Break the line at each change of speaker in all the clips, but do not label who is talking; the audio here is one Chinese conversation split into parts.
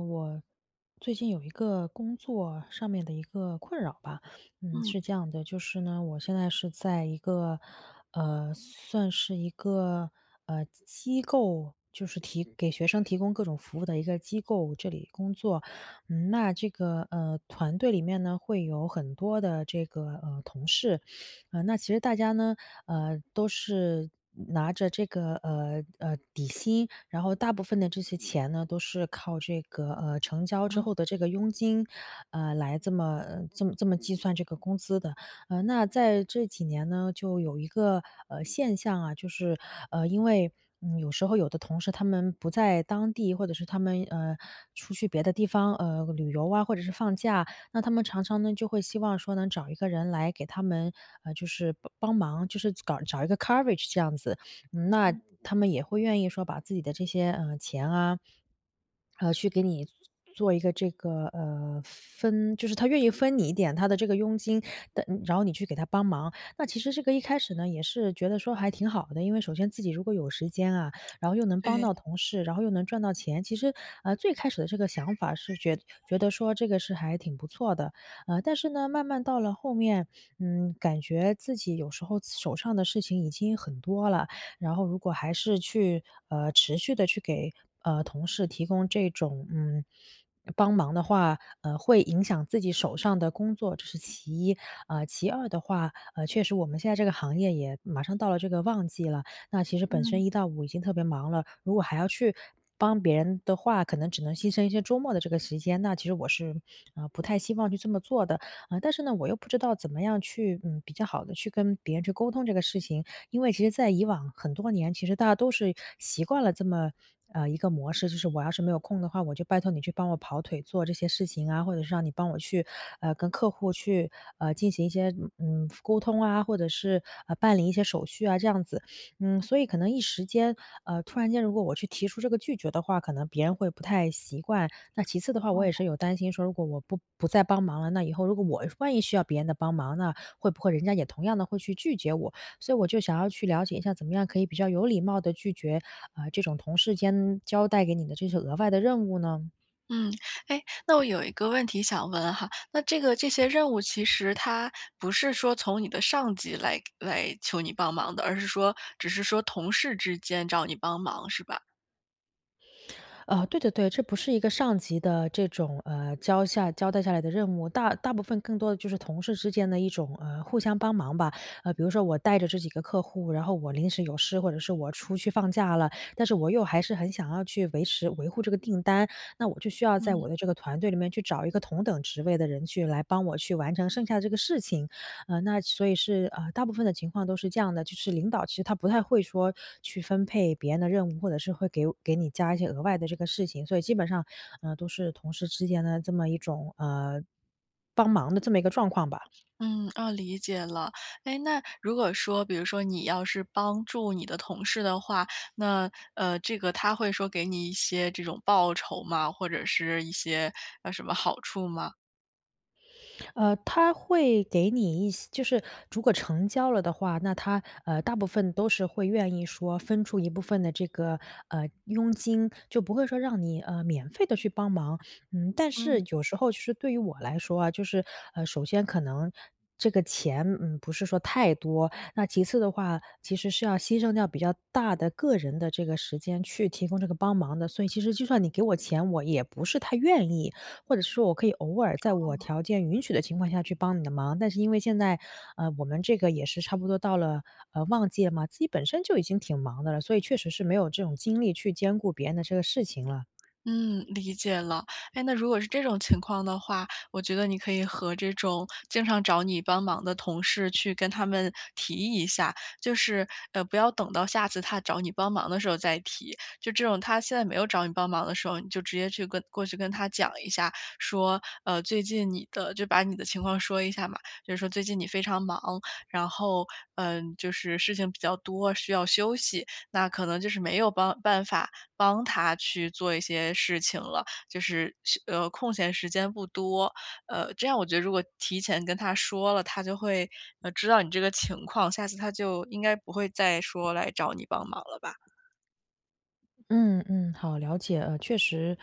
我最近有一个工作上面的一个困扰吧，嗯，
嗯
是这样的，就是呢，我现在是在一个，算是一个机构，就是提给学生提供各种服务的一个机构这里工作。嗯，那这个团队里面呢会有很多的这个同事。那其实大家呢都是拿着这个底薪，然后大部分的这些钱呢，都是靠这个成交之
嗯
后的这个佣金，来这么计算这个工资的。那在这几年呢，就有一个现象啊，就是呃因为。嗯，有时候有的同事他们不在当地，或者是他们出去别的地方旅游啊，或者是放假，那他们常常呢，就会希望说能找一个人来给他们，就是帮帮忙，就是找一个 coverage 这样子。嗯，那
嗯，
他们也会愿意说把自己的这些，钱啊，去给你做一个这个，就是他愿意分你一点他的这个佣金的，然后你去给他帮忙。那其实这个一开始呢，也是觉得说还挺好的，因为首先自己如果有时间啊，然后又能帮
对，
到同事，然后又能赚到钱。其实，最开始的这个想法是觉得说这个是还挺不错的。但是呢，慢慢到了后面，嗯，感觉自己有时候手上的事情已经很多了，然后如果还是去，持续的去给，同事提供这种，帮忙的话，会影响自己手上的工作，这是其一。其二的话，确实我们现在这个行业也马上到了这个旺季了，那其实本
嗯，
身一到五已经特别忙了，如果还要去帮别人的话，可能只能牺牲一些周末的这个时间，那其实我是不太希望去这么做的啊。但是呢，我又不知道怎么样去，比较好的去跟别人去沟通这个事情，因为其实在以往很多年，其实大家都是习惯了这么，一个模式，就是我要是没有空的话，我就拜托你去帮我跑腿做这些事情啊，或者是让你帮我去，跟客户去，进行一些，沟通啊，或者是，办理一些手续啊，这样子。嗯，所以可能一时间，突然间如果我去提出这个拒绝的话，可能别人会不太习惯。那其次的话，
哦，
我也是有担心说，如果我不再帮忙了，那以后如果我万一需要别人的帮忙，那会不会人家也同样的会去拒绝我？所以我就想要去了解一下，怎么样可以比较有礼貌的拒绝这种同事间交代给你的这些额外的任务呢？
嗯，哎，那我有一个问题想问哈，那这个这些任务其实它不是说从你的上级来求你帮忙的，而是说只是说同事之间找你帮忙，是吧？
对对对，这不是一个上级的这种，交代下来的任务，大部分更多的就是同事之间的一种，互相帮忙吧。比如说我带着这几个客户，然后我临时有事，或者是我出去放假了，但是我又还是很想要去维持维护这个订单，那我就需要在我
嗯。
的这个团队里面去找一个同等职位的人去来帮我去完成剩下的这个事情。那所以是大部分的情况都是这样的，就是领导其实他不太会说去分配别人的任务，或者是会给你加一些额外的这个事情，所以基本上，都是同事之间的这么一种帮忙的这么一个状况吧。
嗯，哦，理解了。哎，那如果说，比如说你要是帮助你的同事的话，那这个他会说给你一些这种报酬吗？或者是一些什么好处吗？
他会给你一些，就是如果成交了的话，那他，大部分都是会愿意说分出一部分的这个，佣金，就不会说让你，免费的去帮忙。嗯，但是有时候就是对于我来说啊，就是，首先可能这个钱，不是说太多，那其次的话，其实是要牺牲掉比较大的个人的这个时间去提供这个帮忙的，所以其实就算你给我钱，我也不是太愿意。或者是说我可以偶尔在我条件允许的情况下去帮你的忙。但是因为现在，我们这个也是差不多到了旺季了嘛，自己本身就已经挺忙的了，所以确实是没有这种精力去兼顾别人的这个事情了。
嗯，理解了。哎，那如果是这种情况的话，我觉得你可以和这种经常找你帮忙的同事去跟他们提一下，就是不要等到下次他找你帮忙的时候再提。就这种他现在没有找你帮忙的时候，你就直接去跟过去跟他讲一下，说最近你的就把你的情况说一下嘛，就是说最近你非常忙，然后就是事情比较多，需要休息。那可能就是没有帮办法帮他去做一些事情了，就是是空闲时间不多。这样我觉得如果提前跟他说了，他就会，知道你这个情况，下次他就应该不会再说来找你帮忙了吧。
嗯嗯，好，了解。确实，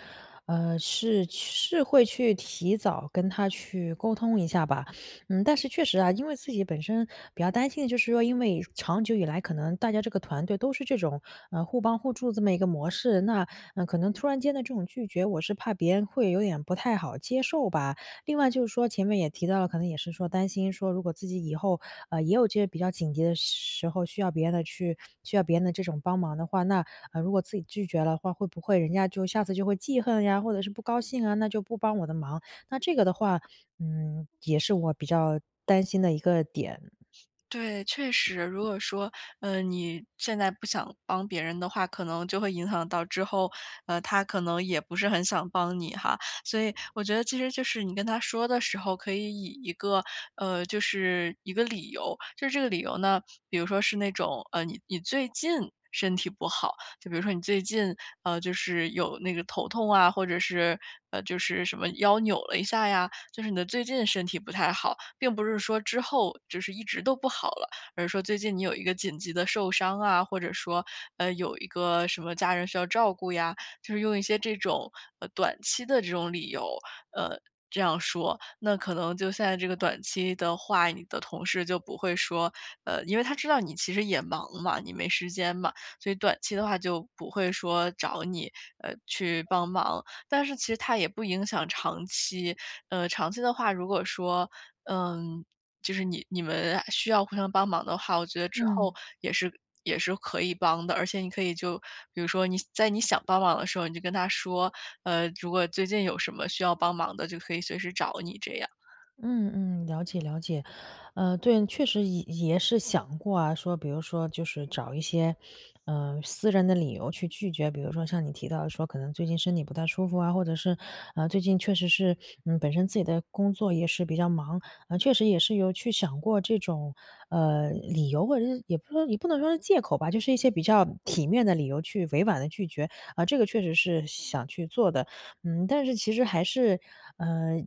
是会去提早跟他去沟通一下吧。嗯，但是确实啊，因为自己本身比较担心的就是说，因为长久以来可能大家这个团队都是这种互帮互助这么一个模式，那可能突然间的这种拒绝，我是怕别人会有点不太好接受吧。另外就是说，前面也提到了，可能也是说担心说，如果自己以后也有这些比较紧急的时候需要别人的这种帮忙的话，那，如果自己拒绝了话，会不会人家就下次就会记恨呀，或者是不高兴啊，那就不帮我的忙。那这个的话，也是我比较担心的一个点。
对，确实，如果说，你现在不想帮别人的话，可能就会影响到之后，他可能也不是很想帮你哈。所以我觉得其实就是你跟他说的时候，可以以一个，就是一个理由，就是这个理由呢，比如说是那种，你最近身体不好，就比如说你最近，就是有那个头痛啊，或者是，就是什么腰扭了一下呀，就是你的最近身体不太好，并不是说之后就是一直都不好了，而是说最近你有一个紧急的受伤啊，或者说，有一个什么家人需要照顾呀，就是用一些这种，短期的这种理由，呃，这样说。那可能就现在这个短期的话，你的同事就不会说，因为他知道你其实也忙嘛，你没时间嘛，所以短期的话就不会说找你，去帮忙。但是其实它也不影响长期，长期的话，如果说，嗯，就是你们需要互相帮忙的话，我觉得之后
嗯。
也是也是可以帮的，而且你可以就比如说你在你想帮忙的时候，你就跟他说，如果最近有什么需要帮忙的，就可以随时找你这样。
嗯嗯，了解了解，对，确实也是想过啊，说比如说就是找一些，私人的理由去拒绝，比如说像你提到的说可能最近身体不太舒服啊，或者是，最近确实是，本身自己的工作也是比较忙，确实也是有去想过这种，理由，或者是也不能说是借口吧，就是一些比较体面的理由去委婉的拒绝，啊、这个确实是想去做的。嗯，但是其实还是，呃，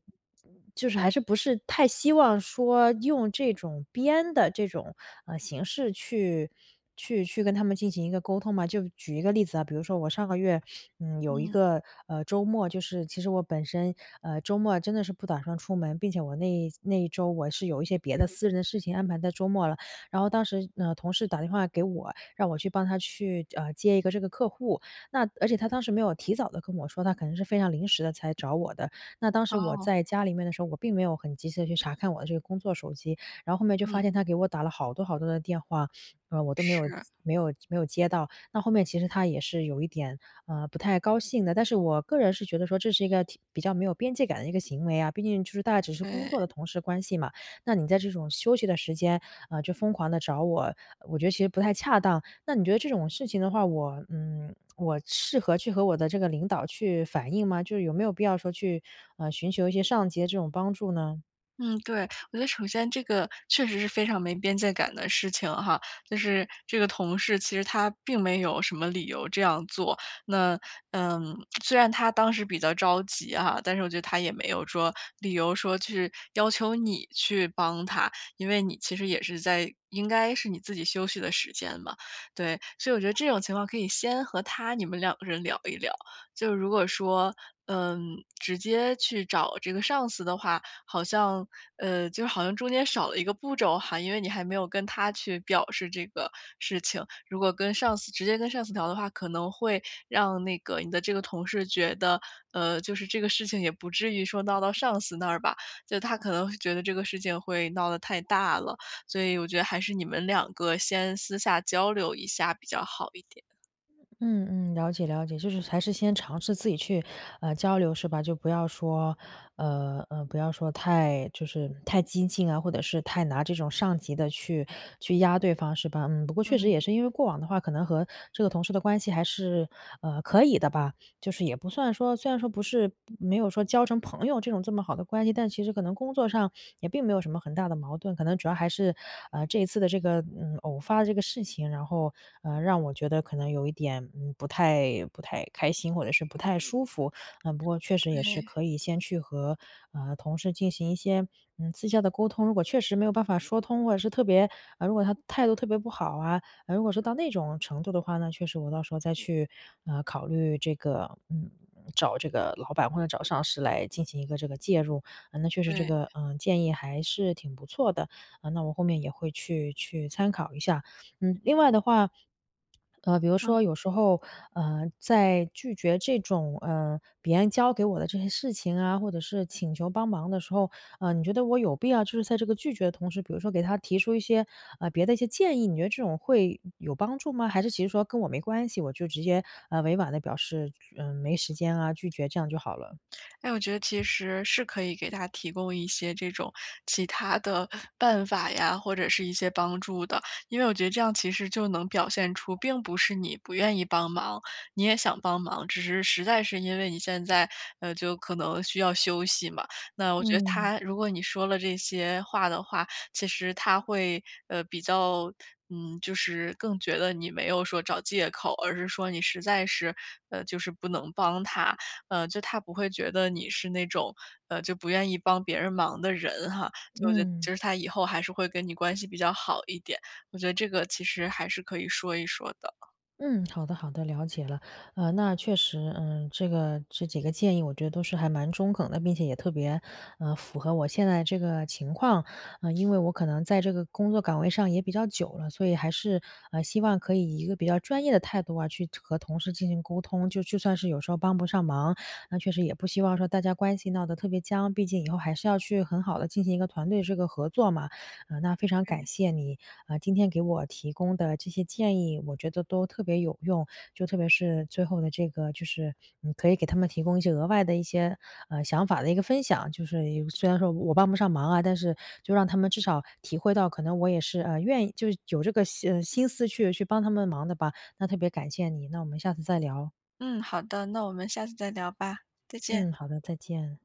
就是还是不是太希望说用这种编的这种，形式去去跟他们进行一个沟通嘛。就举一个例子啊，比如说我上个月，有一
嗯，
个，周末，就是其实我本身，周末真的是不打算出门，并且我那一周我是有一些别的私人的事情安排在周末了。然后当时，同事打电话给我，让我去帮他去，接一个这个客户。那而且他当时没有提早的跟我说，他可能是非常临时的才找我的。那当时我
哦，
在家里面的时候，我并没有很及时的去查看我的这个工作手机，然后后面就
嗯，
发现他给我打了好多好多的电话，我都没有
是，
没有接到。那后面其实他也是有一点，不太高兴的，但是我个人是觉得说这是一个挺比较没有边界感的一个行为啊，毕竟就是大家只是工作的
对。
同事关系嘛，那你在这种休息的时间，就疯狂的找我，我觉得其实不太恰当。那你觉得这种事情的话，我适合去和我的这个领导去反映吗？就是有没有必要说去，寻求一些上级的这种帮助呢？
嗯，对，我觉得首先这个确实是非常没边界感的事情哈，就是这个同事其实他并没有什么理由这样做。那嗯，虽然他当时比较着急哈，但是我觉得他也没有说理由说去要求你去帮他，因为你其实也是在应该是你自己休息的时间嘛，对。所以我觉得这种情况可以先和他你们两个人聊一聊，就如果说嗯，直接去找这个上司的话，好像就是好像中间少了一个步骤哈，因为你还没有跟他去表示这个事情。如果跟上司直接跟上司聊的话，可能会让那个你的这个同事觉得，就是这个事情也不至于说闹到上司那儿吧，就他可能会觉得这个事情会闹得太大了，所以我觉得还是你们两个先私下交流一下比较好一点。
嗯嗯，了解了解，就是还是先尝试自己去，交流是吧？就不要说，不要说太就是太激进啊，或者是太拿这种上级的去压对方是吧？嗯，不过确实也是因为过往的话，可能和这个同事的关系还是可以的吧。就是也不算说虽然说不是没有说交成朋友这种这么好的关系，但其实可能工作上也并没有什么很大的矛盾，可能主要还是，这一次的这个，嗯，偶发的这个事情，然后，让我觉得可能有一点，嗯，不太开心，或者是不太舒服。嗯，不过确实也是
对
可以先去和，同事进行一些，嗯，私下的沟通，如果确实没有办法说通，或者是特别如果他态度特别不好啊，如果说到那种程度的话呢，确实我到时候再去，考虑这个嗯，找这个老板或者找上司来进行一个这个介入。那确实这个，
对。
嗯，建议还是挺不错的啊，那我后面也会去参考一下。嗯，另外的话，比如说有时候，在拒绝这种，别人交给我的这些事情啊，或者是请求帮忙的时候，你觉得我有必要就是在这个拒绝的同时，比如说给他提出一些，别的一些建议，你觉得这种会有帮助吗？还是其实说跟我没关系，我就直接，委婉的表示，嗯，没时间啊，拒绝，这样就好了？
哎，我觉得其实是可以给他提供一些这种其他的办法呀，或者是一些帮助的。因为我觉得这样其实就能表现出，并不是你不愿意帮忙，你也想帮忙，只是实在是因为你现在，就可能需要休息嘛。那我觉得
嗯
他，如果你说了这些话的话，其实他会，比较。嗯，就是更觉得你没有说找借口，而是说你实在是，就是不能帮他，就他不会觉得你是那种，就不愿意帮别人忙的人哈，就我觉得
嗯。
就是他以后还是会跟你关系比较好一点，我觉得这个其实还是可以说一说的。
嗯，好的好的，了解了。那确实，嗯，这个这几个建议我觉得都是还蛮中肯的，并且也特别，符合我现在这个情况。因为我可能在这个工作岗位上也比较久了，所以还是，希望可以以一个比较专业的态度啊，去和同事进行沟通。就算是有时候帮不上忙，那确实也不希望说大家关系闹得特别僵，毕竟以后还是要去很好的进行一个团队这个合作嘛。那非常感谢你，啊，今天给我提供的这些建议，我觉得都特别有用。就特别是最后的这个，就是你可以给他们提供一些额外的一些想法的一个分享。就是有虽然说我帮不上忙啊，但是就让他们至少体会到，可能我也是愿意，就是有这个心心思去帮他们忙的吧。那特别感谢你，那我们下次再聊。
嗯，好的，那我们下次再聊吧，再见。
嗯，好的，再见。